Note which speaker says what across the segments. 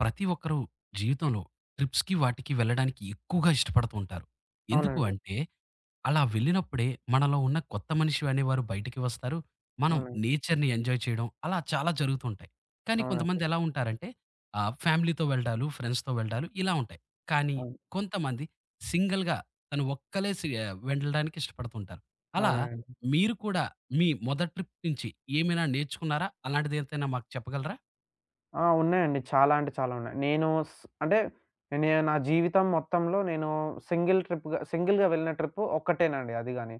Speaker 1: ప్రతి ఒక్కరు జీవితంలో ట్రిప్స్‌కి వాటికి వెళ్ళడానికి ఎక్కువగా ఇష్టపడుతూ ఉంటారు. ఎందుకు
Speaker 2: అవునండి.
Speaker 1: అంటే, అలా వెళ్ళినప్పుడే మనలో ఉన్న కొత్త మనిషి అనేవారు బయటికి వస్తారు. మనం
Speaker 2: అవునండి.
Speaker 1: నేచర్‌ని ఎంజాయ్ చేయడం అలా చాలా జరుగుతుంటాయి. కానీ
Speaker 2: అవునండి.
Speaker 1: కొంతమంది ఎలా ఉంటారంటే ఫ్యామిలీతో వెళ్ళడాలు, ఫ్రెండ్స్‌తో వెళ్ళడాలు ఇలా ఉంటాయి. కానీ
Speaker 2: అవును.
Speaker 1: కొంతమంది సింగిల్‌గా తను వెళ్ళడానికి ఇష్టపడుతుంటారు. అలా
Speaker 2: అవునండి.
Speaker 1: మీరు కూడా మీ మొదటి ట్రిప్ నుంచి ఏమైనా నేర్చుకున్నారా? అలాంటిది ఎంతైనా మాకు చెప్పగలరా?
Speaker 2: ఆ! ఉన్నాయండి. చాలా అంటే చాలా ఉన్నాయి. నేను స్ అంటే నా జీవితం మొత్తంలో నేను సింగిల్ ట్రిప్‌గా సింగిల్‌గా వెళ్ళిన ట్రిప్ ఒక్కటేనండి అది గాని.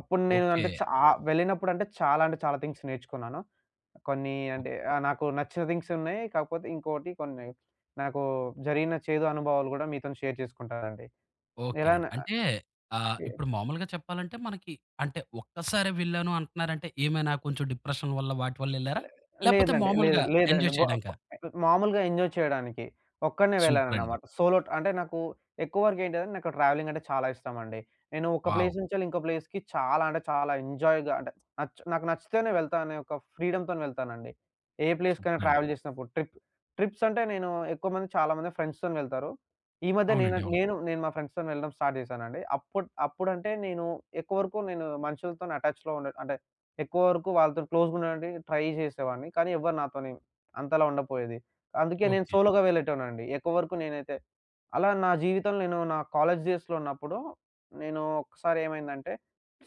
Speaker 2: అప్పుడు నేను
Speaker 1: ఓకే.
Speaker 2: అంటే వెళ్ళినప్పుడంటే చాలా అంటే చాలా థింగ్స్ నేర్చుకున్నాను. కొన్ని అంటే నాకు నచ్చిన థింగ్స్ ఉన్నాయి. కాకపోతే ఇంకోటి కొన్ని నాకు జరిగిన చేదు అనుభవాలు గూడా మీతోని షేర్ చేసుకుంటానండి. ఎలా
Speaker 1: ఓకేనండి.
Speaker 2: న
Speaker 1: అంటే ఇప్పుడు మామూలుగా చెప్పాలంటే మనకి అంటే ఒక్కసారే వెళ్ళాను అంటున్నారంటే ఏమైనా కొంచెం డిప్రెషన్ వల్ల వాటి వల్ల ఎళ్లారా?
Speaker 2: లే
Speaker 1: లేపోతే
Speaker 2: లేదండి. లేదు.
Speaker 1: మామూలుగా
Speaker 2: లేదండి.
Speaker 1: ఎంజాయ్
Speaker 2: బ
Speaker 1: చేయడానికా?
Speaker 2: మామూలుగా ఎంజాయ్ చేయడానికి ఒక్కడినే
Speaker 1: సూపర్ అండి.
Speaker 2: వెళ్ళానన్నమాట. సోలో అంటే నాకు ఎక్కువ వరకు ఏంటిదంటే నాకు ట్రావెలింగ్ అంటే చాలా ఇష్టమండి. నేను ఒక
Speaker 1: వావ్!
Speaker 2: ప్లేస్ నుంచెళ్ళి ఇంకో ప్లేస్‌కి చాలా అంటే చాలా ఎంజాయ్‌గా అంటే నాకు నచ్చితేనే వెళ్తా అనే ఒక ఫ్రీడమ్‌తోని వెళ్తానండి. ఏ ప్లేస్‌కైనా
Speaker 1: సూపర్ అండి.
Speaker 2: ట్రావెల్ చేసినప్పుడు ట్రిప్స్ అంటే నేను ఎక్కువ మంది చాలా మంది ఫ్రెండ్స్‌తోని వెళ్తారు. ఈ మధ్య నేను
Speaker 1: అవునండి. అవును.
Speaker 2: నేను నేను మా ఫ్రెండ్స్‌తోని వెళ్ళడం స్టార్ట్ చేశానండి. అప్పుడంటే నేను ఎక్కువ వరకు నేను మనుషులతోని అటాచ్‌లో ఉండ అంటే ఎక్కువ వరకు వాళ్ళతో క్లోజ్‌గా ఉండడానికి ట్రై చేసేవాడిని. కానీ ఎవ్వరు నాతోని అంతలా ఉండకపోయేది. అందుకే నేను
Speaker 1: ఓకే.
Speaker 2: సోలోగా వెళ్ళేటోడినండి. ఎక్కువ వరకు నేనైతే. అలా నా జీవితంలో నేను నా కాలేజ్ డేస్‌లో ఉన్నప్పుడు నేను ఒకసారి ఏమైందంటే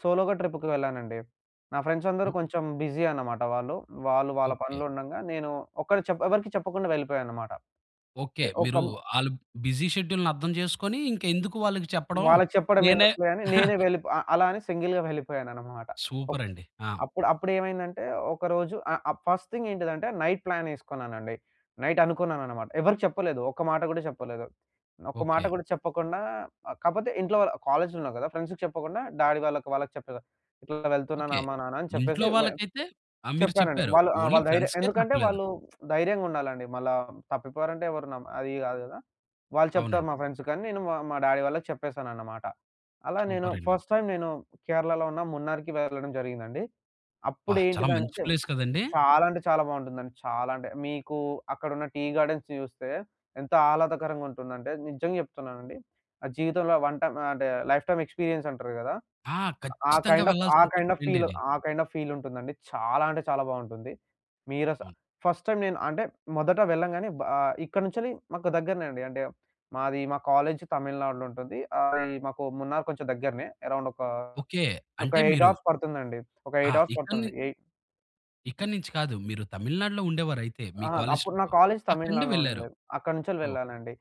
Speaker 2: సోలోగా ట్రిప్‌కి వెళ్ళానండి. నా ఫ్రెండ్స్ అందరూ
Speaker 1: ఓ
Speaker 2: కొంచెం బిజీ అన్నమాట వాళ్ళు. వాళ్ళు వాళ్ళ
Speaker 1: ఓకే.
Speaker 2: పనిలో ఉండంగా నేను ఒక్కడు చెప్ ఎవరికీ చెప్పకుండా వెళ్ళిపోయానన్నమాట.
Speaker 1: ఓకే.
Speaker 2: ఒక
Speaker 1: మీరు ఆళ్ళు బిజీ షెడ్యూల్‌ని అర్థం చేసుకొని ఇంక ఎందుకు వాళ్ళకి చెప్పడం
Speaker 2: వాళ్ళకి చెప్పడం
Speaker 1: నేనే
Speaker 2: ఎందుకులే అని నేనే వెళ్ళిపో అ అలా అని సింగిల్‌గా వెళ్ళిపోయానన్నమాట.
Speaker 1: సూపర్ అండి. ఆ!
Speaker 2: అప్పుడేమైందంటే ఒకరోజు ఆహ్, ఆహ్, ఫస్ట్ థింగ్ ఏంటిదంటే నైట్ ప్లాన్ ఏసుకున్నానండి. నైట్ అనుకున్నాననమాట. ఎవరికీ చెప్పలేదు. ఒక్క మాట గూడా చెప్పలేదు. ఒక్క మాట
Speaker 1: ఓకే.
Speaker 2: గూడా చెప్పకుండా కాపోతే ఇంట్లో వాళ్ళ కాలేజ్‌లో ఉన్నా గదా! ఫ్రెండ్స్‌కి చెప్పకుండా డ్యాడీ వాళ్ళకి చెప్పేసా. ఇట్లా వెళ్తున్నాను
Speaker 1: ఓకే.
Speaker 2: అమ్మా, నాన్న అని
Speaker 1: ఇంట్లో
Speaker 2: చెప్పేసి
Speaker 1: వాళ్ళకైతే ఆ! మీరు
Speaker 2: చెప్పానండి.
Speaker 1: చెప్పారు.
Speaker 2: వాళ్ళు ఆ!
Speaker 1: ఓన్లీ
Speaker 2: వాళ్ళు ధైర్యం
Speaker 1: ఫ్రెండ్స్‌కే
Speaker 2: ఎందుకంటే
Speaker 1: చెప్పలేదు.
Speaker 2: వాళ్ళు ధైర్యంగుండాలండి. మళ్ళా తప్పిపోయారంటే ఎవరు అది గాదు గదా! వాళ్ళు చెప్తారు
Speaker 1: అవునండి.
Speaker 2: మా ఫ్రెండ్స్ కానీ నేను మా మా డ్యాడీ వాళ్ళకి చెప్పేసాననమాట. అలా నేను
Speaker 1: సూపర్ అండి.
Speaker 2: ఫస్ట్ టైమ్ నేను కేరళలో ఉన్న మున్నార్‌కి వెళ్ళడం జరిగిందండి.
Speaker 1: అబ్బా! చాలా మంచి
Speaker 2: అప్పుడేంటిదంటే
Speaker 1: ప్లేస్ కదండీ!
Speaker 2: చాలా అంటే చాలా బావుంటుందండి. చాలా అంటే మీకు అక్కడున్న టీ గార్డెన్స్ చూస్తే ఎంత ఆహ్లాదకరంగా ఉంటుందంటే నిజంగా చెప్తున్నానండి. ఆ జీవితంలో వన్ టైమ్ అంటే లైఫ్ టైమ్ ఎక్స్‌పీరియన్స్ అంటారు గదా!
Speaker 1: ఆ!
Speaker 2: ఆ
Speaker 1: ఖచ్చితంగా
Speaker 2: కైండ్ ఆఫ్ ఆ
Speaker 1: వెళ్ళాల్సిన
Speaker 2: కైండ్
Speaker 1: ట్రిప్
Speaker 2: ఆఫ్ ఫీల్
Speaker 1: రెండేనే.
Speaker 2: ఆ కైండ్ ఆఫ్ ఫీల్ ఉంటుందండి. చాలా అంటే చాలా బావుంటుంది. మీరస
Speaker 1: అవును.
Speaker 2: ఫస్ట్ టైమ్ నేను అంటే మొదట వెళ్ళంగానే ఇక్కడి నుంచెళ్ళి మాకు దగ్గరనే అండి. అంటే మాది మా కాలేజ్ తమిళనాడులో ఉంటుంది. అది మాకు మున్నార్ కొంచెం దగ్గరనే. అరౌండ్ ఒక
Speaker 1: ఓకే.
Speaker 2: ఒక
Speaker 1: అంటే
Speaker 2: 8
Speaker 1: మీరు
Speaker 2: అవర్స్ పడుతుందండి. ఒక
Speaker 1: ఆ!
Speaker 2: 8 అవర్స్ పడుతుంది.
Speaker 1: ఇక్కడి నుంచి కాదు. మీరు తమిళనాడులో ఉండేవారైతే మీ
Speaker 2: ఆ!
Speaker 1: కాలేజ్
Speaker 2: అప్పుడు నా
Speaker 1: ట్రిప్.
Speaker 2: కాలేజ్
Speaker 1: అక్కడి నుండి
Speaker 2: తమిళనాడులో
Speaker 1: వెళ్లారు.
Speaker 2: ఉండేది. అక్కడి నుంచెళ్ళి
Speaker 1: ఓహ్!
Speaker 2: వెళ్ళానండి.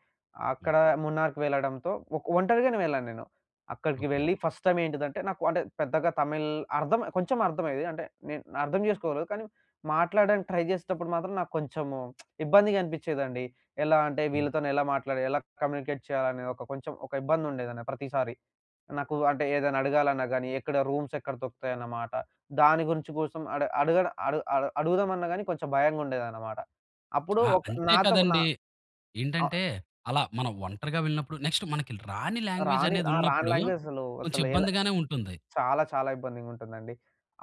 Speaker 1: హ్మ్.
Speaker 2: అక్కడ మున్నార్‌కి వెళ్ళడంతో ఒంటరిగానే వెళ్ళాను నేను. అక్కడికి
Speaker 1: ఓకే.
Speaker 2: వెళ్ళి ఫస్ట్ టైమ్ ఏంటిదంటే, నాకు అంటే పెద్దగా తమిళ్ కొంచెం అర్థమయ్యేది. అంటే నేను అర్థం చేసుకోగలదు. కానీ మాట్లాడడానికి ట్రై చేసేటప్పుడు మాత్రం నాకు కొంచెము ఇబ్బందిగా అనిపిచ్చేదండి. ఎలా అంటే
Speaker 1: హ్మ్.
Speaker 2: వీళ్ళతోని ఎలా మాట్లాడాలి? ఎలా కమ్యూనికేట్ చేయాలనే ఒక కొంచెం ఒక ఇబ్బందుండేదండి ప్రతిసారి. నాకు అంటే ఏదైనా అడగాలన్నా గానీ, ఎక్కడ దొరుకుతాయన్నమాట. దాని గురించి కోసం అడ అడగడ అడు అడు అడుగుదామన్నా గానీ కొంచెం భయంగుండేదన్నమాట. అప్పుడు
Speaker 1: ఆ!
Speaker 2: ఒక
Speaker 1: అంతే
Speaker 2: నాతో నా
Speaker 1: కదండీ. ఏంటంటే
Speaker 2: ఆహ్,
Speaker 1: అలా మనం ఒంటరిగా వెళ్ళినప్పుడు నెక్స్ట్ మనకి రాని లాంగ్వేజ్
Speaker 2: రాని
Speaker 1: అనేది
Speaker 2: ఆ! రాని
Speaker 1: ఉన్నప్పుడు
Speaker 2: లాంగ్వేజ్ అసలు,
Speaker 1: కొంచెం
Speaker 2: అసలు ఎలా
Speaker 1: ఇబ్బందిగానే ఉంటుంది.
Speaker 2: చాలా చాలా ఇబ్బందిగుంటుందండి.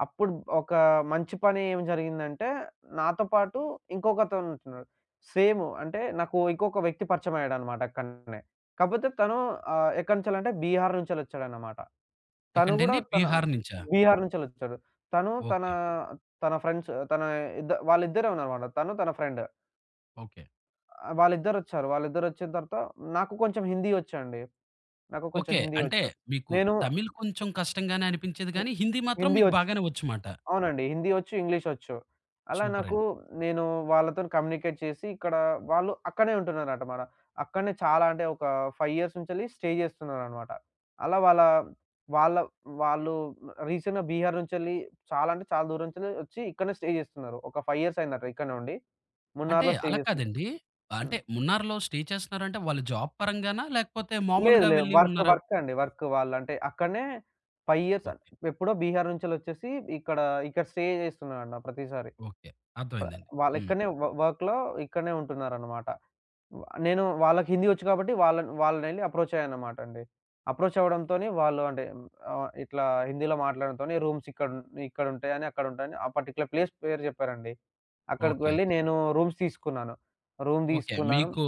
Speaker 2: అప్పుడు ఒక మంచి పని ఏం జరిగిందంటే, నాతో పాటు ఇంకొకతనుంటున్నాడు. సేమ్ అంటే నాకు ఇంకొక వ్యక్తి పరిచయమయ్యాడనమాట అక్కడనే. కాపోతే తను ఆహ్, ఎక్కడి నుంచెల్లంటే బీహార్ నుంచెళ్ళొచ్చాడనమాట. తను గూడా
Speaker 1: ఎక్కడేంటండి?
Speaker 2: తన
Speaker 1: బీహార్ నుంచా?
Speaker 2: బీహార్ నుంచెళ్ళొచ్చాడు. తను తన,
Speaker 1: ఓకే.
Speaker 2: తన ఫ్రెండ్స్ తన ఇద్ద వాళ్ళిద్దరే ఉన్నారనమాట. తను తన ఫ్రెండ్.
Speaker 1: ఓకే.
Speaker 2: ఆ! వాళ్ళిద్దరొచ్చారు. వాళ్ళిద్దరొచ్చిన తర్వాత నాకు కొంచెం హిందీ ఒచ్చండి. నాకు కొంచెం
Speaker 1: ఓకే.
Speaker 2: హిందీ
Speaker 1: అంటే
Speaker 2: వచ్చు.
Speaker 1: మీకు
Speaker 2: నేను
Speaker 1: తమిళ్ కొంచెం కష్టంగానే అనిపించేది
Speaker 2: హి
Speaker 1: గానీ హిందీ మాత్రం
Speaker 2: హిందీ
Speaker 1: మీకు
Speaker 2: ఒచ్చు.
Speaker 1: బాగానే వచ్చుమాట.
Speaker 2: అవునండి. హిందీ ఒచ్చు, ఇంగ్లీష్ ఒచ్చు. అలా నాకు
Speaker 1: సూపరండి.
Speaker 2: నేను వాళ్ళతోని కమ్యూనికేట్ చేసి ఇక్కడ వాళ్ళు అక్కడే ఉంటున్నారట అక్కడనే చాలా అంటే ఒక 5 ఇయర్స్ నుంచెల్లి స్టే చేస్తున్నారనమాట. అలా వాళ్ళ వాళ్ళ వాళ్ళు రీసెంట్‌గా బీహార్ నుంచెల్లి చాలా అంటే చాలా దూరం నుంచెల్లి ఒచ్చి ఇక్కడనే స్టే చేస్తున్నారు. ఒక 5 ఇయర్స్ అయిందట ఇక్కడనే ఉండి.
Speaker 1: అంటే
Speaker 2: మున్నార్‌లో స్టే
Speaker 1: అలా
Speaker 2: చేస్తున్నారు.
Speaker 1: కాదండి. అంటే
Speaker 2: హ్మ్.
Speaker 1: మున్నార్‌లో స్టే చేస్తున్నారంటే వాళ్ళు జాబ్ పరంగానా? లేకపోతే
Speaker 2: లేదు.
Speaker 1: మామూలుగా
Speaker 2: లేదు.
Speaker 1: వెళ్లి
Speaker 2: వర్క్
Speaker 1: ఉన్నారా?
Speaker 2: వర్క్ అండి. వర్క్ వాళ్ళు అంటే అక్కడనే 5 ఇయర్స్
Speaker 1: ఓకే.
Speaker 2: ఎప్పుడో బీహార్ నుంచెళ్ళొచ్చేసి ఇక్కడ, ఇక్కడ స్టే చేస్తున్నారన్న ప్రతిసారి.
Speaker 1: ఓకే.
Speaker 2: ప
Speaker 1: అర్థమైందండి.
Speaker 2: వాళ్ళు
Speaker 1: హ్మ్.
Speaker 2: ఇక్కడనే వర్క్‌లో ఇక్కడనే ఉంటున్నారన్నమాట. నేను వాళ్ళకి హిందీ ఒచ్చు కాబట్టి వాళ్ళనెళ్లి అప్రోచ్ అయ్యానన్నమాట అండి. అప్రోచ్ అవ్వడంతోని వాళ్ళు అంటే ఇట్లా హిందీలో మాట్లాడడంతోని రూమ్స్ ఇక్కడ ఇక్కడుంటాయని, అక్కడుంటాయని ఆ పర్టిక్యులర్ ప్లేస్ పేరు చెప్పారండి. అక్కడికి
Speaker 1: ఓకే.
Speaker 2: వెళ్లి నేను రూమ్స్ తీసుకున్నాను. Room
Speaker 1: okay.
Speaker 2: తీసుకున్నాను.
Speaker 1: మీకు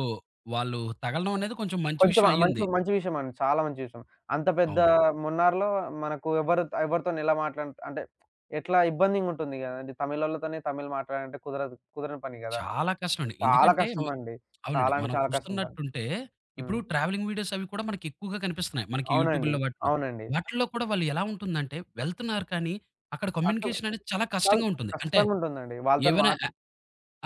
Speaker 1: వాళ్ళు తగలడం అనేది కొంచెం మంచి
Speaker 2: కొంచెం
Speaker 1: విషయం
Speaker 2: ఆహ్, మంచి
Speaker 1: అయ్యుంది.
Speaker 2: మంచి విషయం అండి. చాలా మంచి విషయం. అంత పెద్ద
Speaker 1: అవునండి.
Speaker 2: మున్నార్‌లో మనకు ఎవరు ఎవరితోని ఎలా మాట్లాడ అంటే ఎట్లా ఇబ్బందిగుంటుంది గదండీ! తమిళోళ్ళతోని తమిళ్ మాట్లాడాలంటే కుదరదు. కుదరని పని గదా!
Speaker 1: చాలా కష్టమండి.
Speaker 2: చాలా
Speaker 1: ఎందుకంటే మి
Speaker 2: కష్టం అండి.
Speaker 1: అవునండి.
Speaker 2: చాలా అంటే
Speaker 1: మనం
Speaker 2: చాలా కష్టం పని.
Speaker 1: చూస్తున్నట్టుంటే ఇప్పుడు
Speaker 2: హ్మ్.
Speaker 1: ట్రావెలింగ్ వీడియోస్ అవి కూడా మనకి ఎక్కువగా కనిపిస్తున్నాయి. మనకి
Speaker 2: అవునండి.
Speaker 1: యూట్యూబ్‌లో వాటిలో.
Speaker 2: అవునండి.
Speaker 1: వాటిల్లో కూడా వాళ్ళు ఎలా ఉంటుందంటే వెళ్తున్నారు కానీ అక్కడ
Speaker 2: అక్కడ
Speaker 1: కమ్యూనికేషన్ అనేది చాలా
Speaker 2: చాలా
Speaker 1: కష్టంగా ఉంటుంది. అంటే
Speaker 2: కష్టంగుంటుందండి. వాళ్ళతోని
Speaker 1: ఏవైనా
Speaker 2: మాట్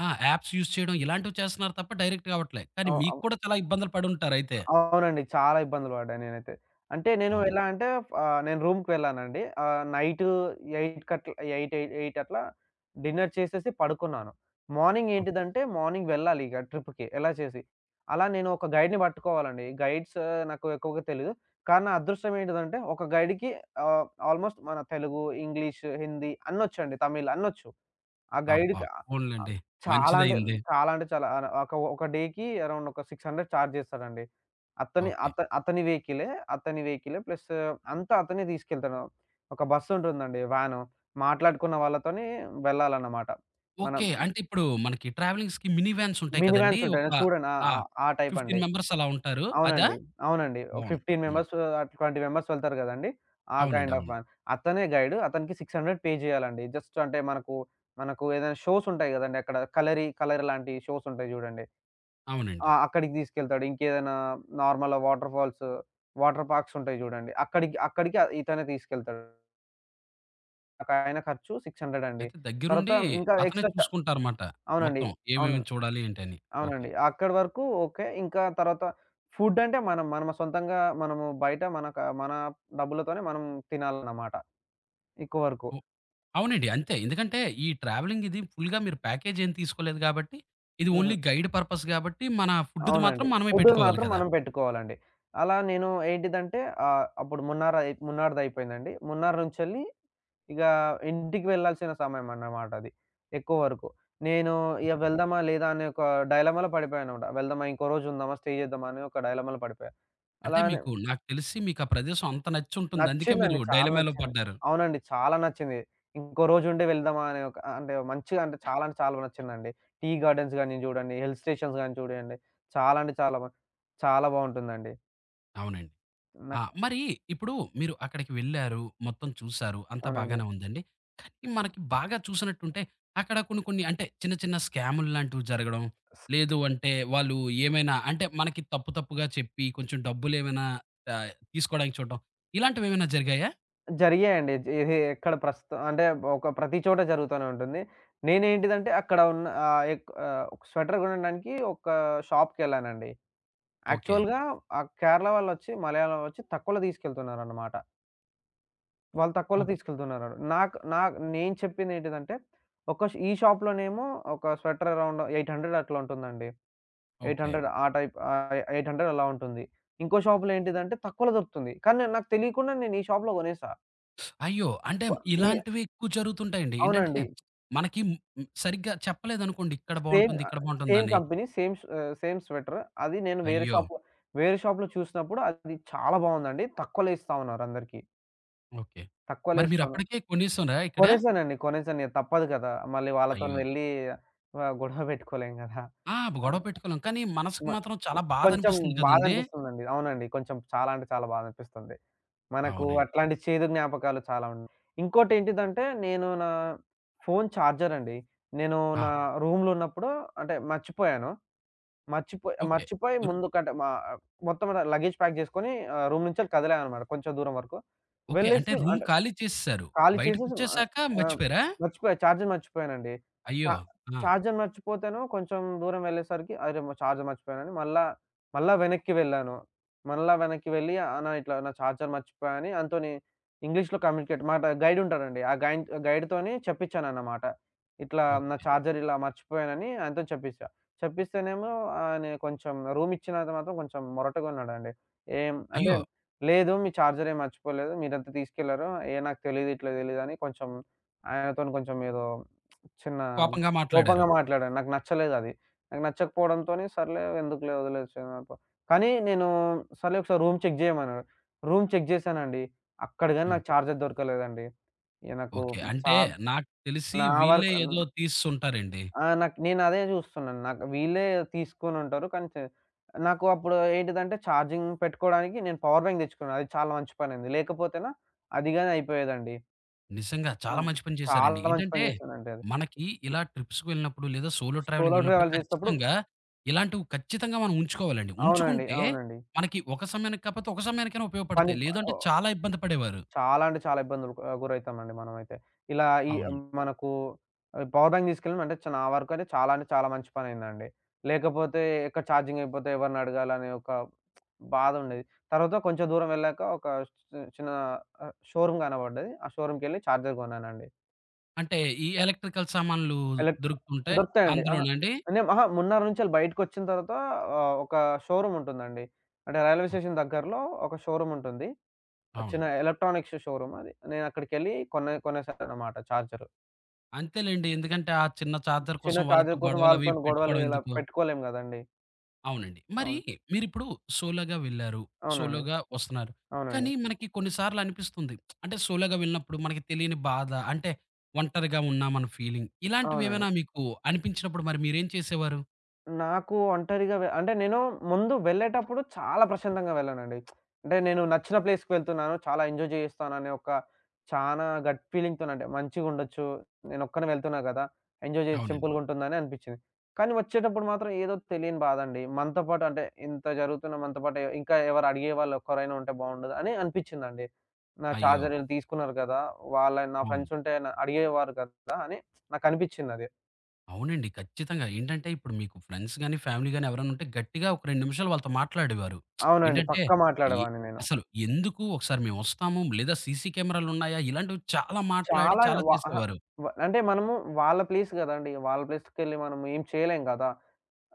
Speaker 1: ఆ! యాప్స్ యూజ్ చేయడం ఇలాంటివి చేస్తున్నారు తప్ప డైరెక్ట్‌గా అవ్వట్లే. కానీ
Speaker 2: అవు
Speaker 1: మీకు
Speaker 2: అవు.
Speaker 1: కూడా చాలా ఇబ్బందులు పడుంటారయితే.
Speaker 2: అవునండి. చాలా ఇబ్బందులు పడ్డా నేనైతే. అంటే నేను
Speaker 1: అవును.
Speaker 2: ఎలా అంటే నేను రూమ్‌కి వెళ్ళానండి. నైట్ 8 అట్లా 8, 8 అట్లా డిన్నర్ చేసేసి పడుకున్నాను.
Speaker 1: ఓకే.
Speaker 2: మార్నింగ్ వెళ్ళాలి ఇక ట్రిప్‌కి ఎలా చేసి. అలా నేను ఒక గైడ్‌ని పట్టుకోవాలండి. గైడ్స్ నాకు ఎక్కువగా తెలీదు. కానీ నా అదృష్టం ఏంటిదంటే ఒక గైడ్‌కి ఆల్మోస్ట్ మన తెలుగు, ఇంగ్లీష్, హిందీ అన్నొచ్చండి. తమిళ్ అన్నొచ్చు. ఆ
Speaker 1: అబ్బా!
Speaker 2: గైడ్‌కి ఆహ్, ఆహ్,
Speaker 1: పోనీలెండి.
Speaker 2: చాలా అంటే
Speaker 1: మంచిదయింది.
Speaker 2: చాలా అంటే చాలా ఆహ్, ఒక ఒక డేకి అరౌండ్ ఒక 600 చార్జ్ చేస్తాడండి. అతని
Speaker 1: ఓకే.
Speaker 2: అత అతని వెహికలే ప్లస్ అంతా అతనే తీసుకెళ్తాడు. ఒక బస్ ఉంటుందండి వ్యాను. మాట్లాడుకున్న వాళ్ళతోని వెళ్ళాలన్నమాట. మనం
Speaker 1: ఓకే. అంటే ఇప్పుడు మనకి ట్రావెలింగ్స్‌కి మినీ వ్యాన్స్ ఉంటాయి
Speaker 2: మినీ
Speaker 1: కదండీ!
Speaker 2: వ్యాన్స్
Speaker 1: ఒక
Speaker 2: ఉంటాయి చూడండి. ఆ!
Speaker 1: ఆ!
Speaker 2: ఆ! ఆ టైప్
Speaker 1: 15
Speaker 2: అండి.
Speaker 1: మెంబర్స్ అలా ఉంటారు. అదా?
Speaker 2: అవునండి. అవునండి. ఓ
Speaker 1: బావుంది.
Speaker 2: 15
Speaker 1: హ్మ్.
Speaker 2: మెంబర్స్, 20 మెంబర్స్ వెళ్తారు గదండీ! ఆ
Speaker 1: అవునండి.
Speaker 2: కైండ్ ఆఫ్
Speaker 1: అవును.
Speaker 2: వ్యాన్. అతనే గైడ్. అతనికి 600 పే జేయాలండి. జస్ట్ అంటే మనకు ఏదైనా షోస్ ఉంటాయి గదండీ! అక్కడ కలర్ లాంటి షోస్ ఉంటాయి జూడండి.
Speaker 1: అవునండి.
Speaker 2: ఆ! అక్కడికి తీసుకెళ్తాడు. ఇంకేదైనా normal water falls, water parks ఉంటాయి జూడండి. అక్కడికి ఇతనే తీసుకెళ్తాడు. ఒక ఆయన ఖర్చు 600 అండి.
Speaker 1: అయితే
Speaker 2: తర్వాత
Speaker 1: దగ్గరుండి
Speaker 2: ఇంకా
Speaker 1: అతనే
Speaker 2: ఎక్స్‌ట్రా చ
Speaker 1: చూసుకుంటారమాట.
Speaker 2: అవునండి.
Speaker 1: మొత్తం
Speaker 2: అవును.
Speaker 1: ఏమేమి చూడాలి ఏంటని. ఓకే.
Speaker 2: అవునండి. అక్కడి వరకు ఓకే. ఇంకా తర్వాత ఫుడ్ అంటే మనం మన సొంతంగా మనము బయట మనక మన డబ్బులతోనే మనం తినాలన్నమాట. ఎక్కువ వరకు.
Speaker 1: అవునండి. అంతే. ఎందుకంటే ఈ ట్రావెలింగ్ ఇది ఫుల్‌గా మీరు ప్యాకేజ్ ఏం తీసుకోలేదు గాబట్టి, ఇది
Speaker 2: హుహు.
Speaker 1: ఓన్లీ గైడ్ పర్పస్ గాబట్టి, మన ఫుడ్‌ది మాత్రం
Speaker 2: అవునండి.
Speaker 1: మనమే
Speaker 2: ఫుడ్
Speaker 1: పెట్టుకోవాలి
Speaker 2: మాత్రం
Speaker 1: కదా!
Speaker 2: మనం పెట్టుకోవాలండి. అలా నేను ఏంటిదంటే అప్పుడు మున్నార్‌దయిపోయిందండి. మున్నార్ నుంచెళ్ళి ఇక ఇంటికి వెళ్ళాల్సిన సమయమన్నమాట అది. ఎక్కువ వరకు. నేను ఇక
Speaker 1: ఓకే.
Speaker 2: వెళ్దామా లేదా అనే ఒక డైలమాలో పడిపోయానన్నమాట. వెళ్దామా ఇంకో రోజు ఉందామా, స్టే చేద్దామా అని ఒక డైలమాలో పడిపోయా. అలా
Speaker 1: అంటే
Speaker 2: అని
Speaker 1: నాకు తెలిసి మీకు ఆ ప్రదేశం అంత నచ్చుంటుంది. అందుకే మీరు
Speaker 2: నచ్చిందండి. చాలా
Speaker 1: డైలమాలో
Speaker 2: నచ్చింది.
Speaker 1: పడ్డారు.
Speaker 2: అవునండి. చాలా నచ్చింది. ఇంకో రోజుండి వెళ్దామా అనే ఒక అంటే మంచిగా అంటే చాలా అంటే చాలా నచ్చిందండి. టీ గార్డెన్స్ గాని చూడండి, హిల్ స్టేషన్స్ గాని చూడండి. చాలా అంటే చాలా బా చాలా బావుంటుందండి.
Speaker 1: అవునండి. ఆ!
Speaker 2: నాకు
Speaker 1: మరి ఇప్పుడు మీరు అక్కడికి వెళ్లారు. మొత్తం చూసారు. అంతా
Speaker 2: అవును. అవునండి.
Speaker 1: బాగానే ఉందండి. కానీ మనకి బాగా చూసినట్టుంటే అక్కడ కొన్ని కొన్ని అంటే చిన్న చిన్న స్కాములు లాంటివి జరగడం.
Speaker 2: స్
Speaker 1: లేదు అంటే వాళ్ళు ఏమైనా అంటే మనకి తప్పు తప్పుగా చెప్పి కొంచెం డబ్బులేమైనా తీసుకోవడానికి చూడడం. ఇలాంటివేమైనా జరిగాయా?
Speaker 2: జరిగాయండి. ఇది ఎక్కడ ప్రస్తుతం అంటే ఒక ప్రతి చోట జరుగుతూనే ఉంటుంది. నేనేంటిదంటే అక్కడ ఉన్న ఒక స్వెటర్ కొనడానికి ఒక షాప్‌కెళ్ళానండి.
Speaker 1: ఓకే.
Speaker 2: యాక్చువల్‌గా ఆ కేరళ వాళ్ళొచ్చి మలయాళం వచ్చి తక్కువలో తీసుకెళ్తున్నారన్నమాట. వాళ్ళు తక్కువలో
Speaker 1: ఓకే.
Speaker 2: తీసుకెళ్తున్నారు. నాకు నాకు నేను చెప్పిందేంటిదంటే, ఈ షాప్‌లోనేమో ఒక స్వెటర్ అరౌండ్ 800 అట్లా ఉంటుందండి.
Speaker 1: ఓకే.
Speaker 2: 800 ఆ టైప్ ఆహ్, 800 అలా ఉంటుంది. ఇంకో షాప్‌లో ఏంటిదంటే తక్కువలో దొరుకుతుంది. కానీ నాకు తెలియకుండా నేను ఈ షాప్‌లో కొనేసా.
Speaker 1: అయ్యో! అంటే
Speaker 2: వ ఈ
Speaker 1: ఇలాంటివి ఎక్కువ జరుగుతుంటాయండి. ఏంటంటే
Speaker 2: అవునండి.
Speaker 1: మనకి హ్మ్, హ్మ్, సరిగ్గా చెప్పలేదనుకోండి. ఇక్కడ
Speaker 2: సేమ్
Speaker 1: బావుంటుంది.
Speaker 2: ఆహ్,
Speaker 1: ఇక్కడ
Speaker 2: సేమ్
Speaker 1: బావుంటుందని.
Speaker 2: కంపెనీ, సేమ్ స్ ఆహ్, సేమ్ స్వెటర్. అది నేను వేరే
Speaker 1: అయ్యో!
Speaker 2: షాప్‌లో వేరే షాప్‌లో చూసినప్పుడు అది చాలా బాగుందండి. తక్కువలో ఇస్తా ఉన్నారు అందరికీ.
Speaker 1: ఓకే.
Speaker 2: తక్కువలో
Speaker 1: మరి
Speaker 2: ఇస్తా ఉన్న
Speaker 1: మీరప్పటికే కొనేసారా ఇక్కడ?
Speaker 2: కొనేసానండి. కొనేసాను. ఇగ తప్పదు కదా! మళ్ళీ వాళ్ళతోని
Speaker 1: అయ్యో!
Speaker 2: ఓకే. వెళ్లి గొడవ పెట్టుకోలేం గదా!
Speaker 1: ఆ! గొడవ
Speaker 2: అవును.
Speaker 1: పెట్టుకోలేం. కానీ మనసుకి
Speaker 2: మ
Speaker 1: మాత్రం చాలా బాధ
Speaker 2: కొంచెం
Speaker 1: అనిపిస్తుంది కదండీ!
Speaker 2: బాధనిపిస్తుందండి. అవునండి. కొంచెం చాలా అంటే చాలా బాధనిపిస్తుంది. మనకు హ్మ్.
Speaker 1: అవునండి.
Speaker 2: అట్లాంటి చేదు జ్ఞాపకాలు చాలా ఉన్నాయి. ఇంకోటేంటిదంటే నేను నా ఫోను చార్జరండి. నేను
Speaker 1: ఆ!
Speaker 2: నా హ్మ్. రూమ్‌లో ఉన్నప్పుడు అంటే మర్చిపోయాను. మర్చిపోయి
Speaker 1: ఓకే.
Speaker 2: మర్చిపోయి
Speaker 1: రు
Speaker 2: ముందు కంటే మా మొత్తం లగేజ్ ప్యాక్ జేసుకొని రూమ్ నుంచెళ్ళి కదిలాననమాట కొంచెం దూరం వరకు.
Speaker 1: ఓకే. అంటే
Speaker 2: వెళ్ళేసి
Speaker 1: రూమ్
Speaker 2: అంటే
Speaker 1: ఖాళీ చేసేసారు.
Speaker 2: ఖాళీ చేసేసి మ
Speaker 1: బయటికొచ్చేసాక
Speaker 2: ఆహ్,
Speaker 1: మర్చిపోయారా?
Speaker 2: మర్చిపోయా. చార్జర్ మర్చిపోయానండి. చ
Speaker 1: అయ్యో! ఆ!
Speaker 2: చార్జర్ మర్చిపోతేను కొంచెం దూరం వెళ్ళేసరికి అరె! చార్జర్ మర్చిపోయానని మళ్ళా, మళ్ళా వెనక్కి వెళ్ళాను. మళ్ళా వెనక్కి వెళ్ళి అన్న ఇట్లా నా చార్జర్ మర్చిపోయా అని అతనితోని ఇంగ్లీష్‌లో కమ్యూనికేట్ మాట గైడ్ ఉంటాడండి. ఆ గైడ్‌తోని చెప్పించానన్నమాట. ఇట్లా నా
Speaker 1: ఓకే.
Speaker 2: చార్జర్ ఇలా మర్చిపోయానని ఆయనతోని చెప్పిచ్చా. చెప్పిస్తేనేమో ఆయన కొంచెం రూమ్ ఇచ్చినంత మాత్రం కొంచెం మొరటగా ఉన్నాడండి. ఏం అంటే
Speaker 1: అయ్యో!
Speaker 2: లేదు. మీ చార్జర్ ఏమి మర్చిపోలేదు. మీరంతా తీసుకెళ్లారు. ఏహ్! నాకు తెలీదు, ఇట్లా తెలీదని కొంచెం ఆయనతోని కొంచెం ఏదో చిన్న
Speaker 1: కోపంగా మాట్లాడారు.
Speaker 2: కోపంగా మాట్లాడాను. నాకు నచ్చలేదది. నాకు నచ్చకపోవడంతోని సర్లే ఎందుకులే వదిలేసాను. అట్లా కానీ నేను సర్లే ఒకసారి రూమ్ చెక్ చేయమన్నాడు. రూమ్ చెక్ చేశానండి. అక్కడ గాని
Speaker 1: హ్మ్.
Speaker 2: నాకు చార్జర్ దొరకలేదండి. ఇగ నాకు
Speaker 1: ఓకే.
Speaker 2: చా
Speaker 1: అంటే నాకు తెలిసి
Speaker 2: నా
Speaker 1: వీళ్ళే
Speaker 2: వరకు
Speaker 1: ఏదో తీసేసుంటారండి.
Speaker 2: ఆ! నాకు నేనదే చూస్తున్నాను. నాకు వీళ్ళే తీసుకొనుంటారు. కానీ చే నాకు అప్పుడు ఏంటిదంటే ఛార్జింగ్ పెట్టుకోవడానికి నేను పవర్ బ్యాంక్ తెచ్చుకున్నాను. అది చాలా మంచి పనయింది. లేకపోతేనా అది గాని అయిపోయేదండి.
Speaker 1: నిజంగా.
Speaker 2: ఆ!
Speaker 1: చాలా మంచి పని చేశారండి.
Speaker 2: చాలా మంచి
Speaker 1: ఏంటంటే,
Speaker 2: పని చేశానండి అది.
Speaker 1: మనకి ఇలా ట్రిప్స్‌కి వెళ్ళినప్పుడు లేదా సోలో ట్రావెలింగ్
Speaker 2: సోలో
Speaker 1: వెళ్ళినప్పుడు
Speaker 2: ట్రావెల్ చేసేటప్పుడు
Speaker 1: ఖచ్చితంగా ఇలాంటివి ఖచ్చితంగా మనం ఉంచుకోవాలండి.
Speaker 2: అవునండి.
Speaker 1: ఉంచుకుంటే
Speaker 2: అవునండి.
Speaker 1: మనకి ఒక సమయానికి కాకపోతే ఒక సమయానికైనా
Speaker 2: పని
Speaker 1: ఉపయోగపడతాయి. లేదంటే
Speaker 2: ఆహ్
Speaker 1: చాలా ఇబ్బంది పడేవారు.
Speaker 2: చాలా అంటే చాలా ఇబ్బందులకు గురైతామండి మనమైతే. ఇలా ఈ
Speaker 1: అవునండి.
Speaker 2: మనకు పవర్ బ్యాంక్ తీసుకెళ్ళడం అంటే నా వరకైతే చాలా అంటే చాలా మంచి పనయిందండి. లేకపోతే ఎక్కడ ఛార్జింగ్ అయిపోతే ఎవరినడగాలనే ఒక బాధుండేది. తర్వాత కొంచెం దూరం వెళ్ళాక ఒక చిన్న షోరూమ్ కనపడ్డది. ఆ షోరూమ్‌కెళ్ళి ఛార్జర్ కొన్నానండి.
Speaker 1: అంటే ఈ ఎలక్ట్రికల్ సామాన్లు
Speaker 2: ఎలక్ట్
Speaker 1: దొరుకుతుంటాయి.
Speaker 2: దొరుకుతాయండి. అహా!
Speaker 1: అందులోనా అండి?
Speaker 2: నేను అహా! మున్నరు నుంచెళ్ళి బయటికొచ్చిన తర్వాత ఒక షోరూమ్ ఉంటుందండి. అంటే రైల్వే
Speaker 1: ఓహ్!
Speaker 2: స్టేషన్ దగ్గరలో ఒక షోరూమ్ ఉంటుంది.
Speaker 1: అవును.
Speaker 2: చిన్న ఎలక్ట్రానిక్స్ షోరూమ్ అది. నేనక్కడికెళ్ళి కొనేసాననమాట చార్జరు.
Speaker 1: అంతేలెండి. ఎందుకంటే ఆ చిన్న చార్జర్
Speaker 2: చిన్న
Speaker 1: కోసం వాళ్ళతో
Speaker 2: చార్జర్ కోసం
Speaker 1: గొడవలు అవి
Speaker 2: వాళ్ళతోని గొడవలు
Speaker 1: పెట్టుకోవడం
Speaker 2: ఇలా
Speaker 1: ఎందుకు?
Speaker 2: పెట్టుకోలేం గదండీ!
Speaker 1: అవునండి. మరి
Speaker 2: అవును.
Speaker 1: మీరిప్పుడు సోలోగా వెళ్లారు.
Speaker 2: అవును. అవునండి. అవును.
Speaker 1: సోలోగా వస్తున్నారు.
Speaker 2: అవునండి.
Speaker 1: కానీ
Speaker 2: హ్మ్.
Speaker 1: మనకి కొన్ని సార్లు అనిపిస్తుంది. అంటే సోలోగా వెళ్ళినప్పుడు మనకి తెలియని బాధ అంటే ఒంటరిగా ఉన్నామన్న ఫీలింగ్. ఇలాంటివేమైనా
Speaker 2: అవునండి.
Speaker 1: మీకు అనిపించినప్పుడు మరి మీరేం చేసేవారు?
Speaker 2: నాకు ఒంటరిగా వె అంటే నేను ముందు వెళ్ళేటప్పుడు చాలా ప్రశాంతంగా వెళ్ళానండి. అంటే నేను నచ్చిన ప్లేస్‌కి వెళ్తున్నాను. చాలా ఎంజాయ్ చేస్తాననే ఒక చానా గట్ ఫీలింగ్‌తోని అంటే మంచిగుండొచ్చు. నేనొక్కడినే వెళ్తున్నా కదా! ఎంజాయ్ చేయొచ్చు
Speaker 1: అవునండి.
Speaker 2: సింపుల్‌గా ఉంటుందని అనిపించింది. కానీ వచ్చేటప్పుడు మాత్రం ఏదో తెలియని బాధండి. మనతో పాటు అంటే ఇంత జరుగుతున్న మనతో పాటు ఇంకా ఎవరు అడిగేవాళ్ళు ఒక్కరైనా ఉంటే బావుండదు అని అనిపించిందండి. నా
Speaker 1: అయ్యో!
Speaker 2: చార్జర్ వీళ్ళు తీసుకున్నారు కదా! నా
Speaker 1: అవును.
Speaker 2: ఫ్రెండ్స్ ఉంటే అడిగేవారు కదా! అని నాకనిపించిందది.
Speaker 1: అవునండి. ఖచ్చితంగా. ఏంటంటే ఇప్పుడు మీకు ఫ్రెండ్స్ గాని, ఫ్యామిలీ గాని ఎవరైనా ఉంటే గట్టిగా ఒక 2 నిమిషాలు వాళ్ళతో మాట్లాడేవారు.
Speaker 2: అవునండి.
Speaker 1: ఏంటంటే
Speaker 2: పక్కా
Speaker 1: ఎ
Speaker 2: మాట్లాడేవాడిని నేను.
Speaker 1: అసలు ఎందుకు ఒకసారి మేమొస్తాము. లేదా సీసీ కెమెరాలున్నాయా? ఇలాంటివి చాలా మాట్లాడి
Speaker 2: చాలా
Speaker 1: చాలా
Speaker 2: వ అహా!
Speaker 1: చేసేవారు.
Speaker 2: వ అంటే మనము వాళ్ళ ప్లేస్ గదండీ. వాళ్ళ ప్లేస్‌కెళ్ళి మనం ఏం చేయలేం గదా!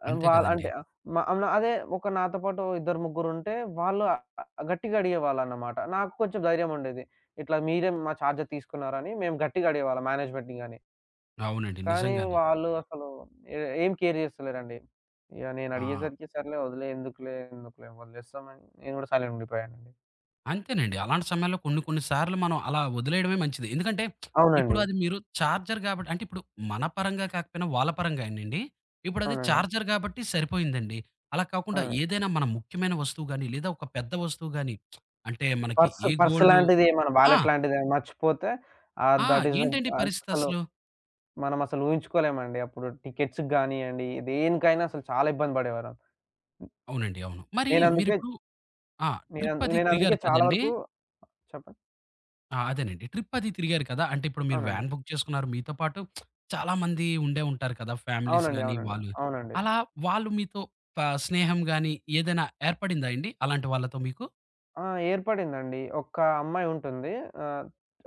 Speaker 2: ఆహ్,
Speaker 1: అంతే
Speaker 2: వాళ్ళ
Speaker 1: కదండీ!
Speaker 2: అంటే ఆహ్, మ అవును. అదే ఒక నాతో పాటు ఇద్దరు ముగ్గురుంటే వాళ్ళు గట్టిగా అడిగేవాళ్ళన్నమాట. నాకు కొంచెం ధైర్యం ఉండేది. ఇట్లా మీరే మా చార్జర్ తీసుకున్నారని మేము గట్టిగా అడిగేవాళ్ళం మేనేజ్మెంట్‌ని గాని.
Speaker 1: అవునండి.
Speaker 2: కానీ
Speaker 1: నిజంగానే.
Speaker 2: వాళ్ళు అసలు ఏ ఏం కేర్ చేస్తలేరండి. ఇగ నేను
Speaker 1: ఆ!
Speaker 2: అడిగేసరికి సర్లే వదిలేయ్ ఎందుకులే, ఎందుకులే వదిలేస్తామని నేను గూడా సైలెంట్ ఉండిపోయానండి.
Speaker 1: అంతేనండి. అలాంటి సమయాల్లో కొన్ని కొన్ని సార్లు మనం అలా వదిలేయడమే మంచిది. ఎందుకంటే ఇప్పుడు
Speaker 2: అవునండి.
Speaker 1: అది మీరు చార్జర్ గాబట్టి అంటే ఇప్పుడు మన పరంగా కాకపోయినా వాళ్ళ పరంగానండి. ఇప్పుడది
Speaker 2: అవునండి.
Speaker 1: చార్జర్ గాబట్టి సరిపోయిందండి. అలా కాకుండా
Speaker 2: ఆ!
Speaker 1: ఏదైనా మన ముఖ్యమైన వస్తువు గాని, లేదా ఒక పెద్ద వస్తువు గాని అంటే మనకి
Speaker 2: పర్స్,
Speaker 1: ఏ
Speaker 2: పర్స్
Speaker 1: గోల్డు
Speaker 2: లాంటిది ఏమన్నా
Speaker 1: ఆ!
Speaker 2: వాలెట్ లాంటిది మర్చిపోతే
Speaker 1: ఆ!
Speaker 2: దట్ ఈస్
Speaker 1: ఏంటండి
Speaker 2: ఆహ్,
Speaker 1: పరిస్థితి
Speaker 2: అసలు
Speaker 1: అసలు?
Speaker 2: మనం అసలు ఊహించుకోలేమండి. అప్పుడు టికెట్స్‌కి గానియండి, దేనికైనా అసలు చాలా ఇబ్బంది పడేవారం.
Speaker 1: అవునండి. అవును. మరి
Speaker 2: నేనందుకే
Speaker 1: మీరిప్పుడు ఆ! ట్రిప్ అది
Speaker 2: నేనందుకే
Speaker 1: తిరిగారు
Speaker 2: చాలా
Speaker 1: కదండీ!
Speaker 2: వరకు చెప్పండి?
Speaker 1: ఆ! అదేనండి. ట్రిప్ అది తిరిగారు కదా! అంటే ఇప్పుడు మీరు
Speaker 2: అవునండి.
Speaker 1: వ్యాన్ బుక్ చేసుకున్నారు. మీతో పాటు చాలామంది ఉండే ఉంటారు కదా! ఫ్యామిలీస్
Speaker 2: అవునండి.
Speaker 1: గాని,
Speaker 2: అవునండి.
Speaker 1: వాళ్ళు గాని.
Speaker 2: అవునండి.
Speaker 1: అలా వాళ్ళు మీతో ప స్నేహం గాని ఏదైనా ఏర్పడిందా అండి? అలాంటి వాళ్ళతో మీకు?
Speaker 2: ఆ! ఏర్పడిందండి. ఒక్క అమ్మాయి ఉంటుంది. ఆహ్,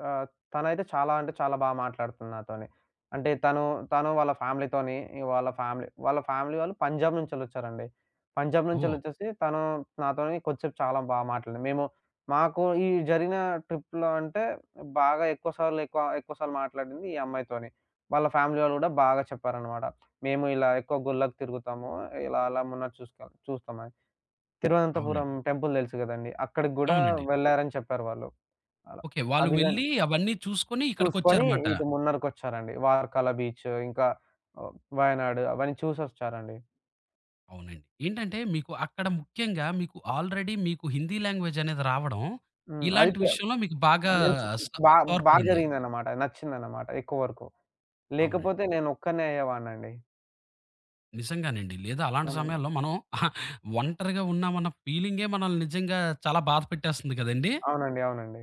Speaker 2: ఆహ్, తనైతే చాలా అంటే చాలా బా మాట్లాడుతుంది నాతోని. అంటే తను, తను వాళ్ళ ఫ్యామిలీతోని వాళ్ళు పంజాబ్ నుంచెళ్ళొచ్చారండి. పంజాబ్
Speaker 1: ఓహ్!
Speaker 2: నుంచెళ్ళొచ్చేసి తను నాతోని కొద్దిసేపు చాలా బా మాట్లాడింది. మేము మాకు ఈ జరిగిన ట్రిప్‌లో అంటే బాగా ఎక్కువ సార్లు ఎక్కువ ఎక్కువ సార్లు మాట్లాడింది ఈ అమ్మాయితోని. వాళ్ళ ఫ్యామిలీ వాళ్ళు గూడా బాగా చెప్పారనమాట. మేము ఇలా ఎక్కువ గుళ్ళకి తిరుగుతాము. ఇలా అలా మొన్న చూసుక చూస్తాం అని.
Speaker 1: అవునండి.
Speaker 2: తిరువనంతపురం టెంపుల్ తెలుసు గదండీ. అక్కడికి గూడా
Speaker 1: అవునండి.
Speaker 2: వెళ్లారని చెప్పారు వాళ్ళు. అలా.
Speaker 1: ఓకే. వాళ్ళు
Speaker 2: అది గాని
Speaker 1: వెళ్ళి అవన్నీ చూసుకొని
Speaker 2: చూసుకొని
Speaker 1: ఇక్కడికొచ్చారుమాట.
Speaker 2: ఇటు మున్నరుకొచ్చారండి. వార్కల బీచ్ ఇంకా వయనాడు అవన్నీ చూసొచ్చారండి.
Speaker 1: అవునండి. ఏంటంటే మీకు అక్కడ ముఖ్యంగా మీకు ఆల్రెడీ మీకు హిందీ లాంగ్వేజ్ అనేది రావడం,
Speaker 2: హ్మ్. అది
Speaker 1: ఇలాంటి
Speaker 2: ప్లే
Speaker 1: విషయంలో మీకు బాగా
Speaker 2: మళ్ళీ మంచి
Speaker 1: స
Speaker 2: బా బా
Speaker 1: తోడ్పడింది.
Speaker 2: జరిగిందన్నమాట. నచ్చిందన్నమాట ఎక్కువ వరకు.
Speaker 1: అవునండి.
Speaker 2: లేకపోతే నేనొక్కడినే అయ్యేవాడినండి.
Speaker 1: నిజంగానండి. లేదా అలాంటి
Speaker 2: అవునండి. అవునా?
Speaker 1: సమయాల్లో మనం ఒంటరిగా ఉన్నామన్న ఫీలింగే మనల్ని నిజంగా చాలా బాధ పెట్టేస్తుంది కదండీ!
Speaker 2: అవునండి. అవునండి.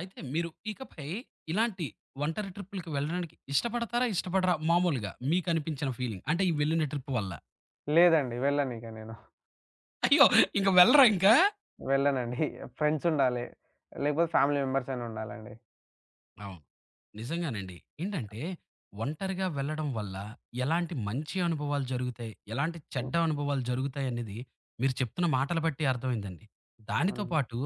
Speaker 1: అయితే మీరు ఇకపై ఇలాంటి ఒంటరి ట్రిప్పులకి వెళ్ళడానికి ఇష్టపడతారా? ఇష్టపడరా? మామూలుగా మీకనిపించిన ఫీలింగ్. అంటే ఈ వెళ్ళిన ట్రిప్ వల్ల.
Speaker 2: లేదండి వెళ్ళనిక నేను.
Speaker 1: అయ్యో! ఇంక వెళ్ళరా ఇంకా?
Speaker 2: వెళ్ళనండి. ఫ్రెండ్స్ ఉండాలి. లేకపోతే ఫ్యామిలీ మెంబర్స్ అయినా ఉండాలండి.
Speaker 1: అవును. నిజంగానండి. ఏంటంటే ఒంటరిగా వెళ్ళడం వల్ల ఎలాంటి మంచి అనుభవాలు జరుగుతాయి, ఎలాంటి
Speaker 2: హ్మ్.
Speaker 1: చెడ్డ అనుభవాలు జరుగుతాయనేది మీరు చెప్తున్న మాటలు బట్టి అర్థమైందండి. దానితో
Speaker 2: అవునండి.
Speaker 1: పాటు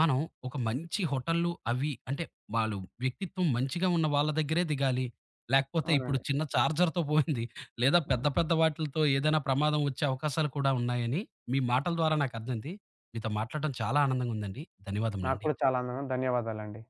Speaker 1: మనం ఒక మంచి హోటల్‌లు అవి అంటే వాళ్ళు వ్యక్తిత్వం మంచిగా ఉన్న వాళ్ళ దగ్గరే దిగాలి. లేకపోతే ఇప్పుడు
Speaker 2: అవునండి.
Speaker 1: చిన్న చార్జర్‌తో పోయింది. లేదా పెద్ద పెద్ద వాటిలతో ఏదైనా ప్రమాదం వచ్చే అవకాశాలు కూడా ఉన్నాయని మీ మాటల ద్వారా నాకర్థమైంది. మీతో మాట్లాడటం చాలా ఆనందంగా ఉందండి.
Speaker 2: నాకు
Speaker 1: ధన్యవాదములండి.
Speaker 2: కూడా చాలా ఆనందం. ధన్యవాదాలండి.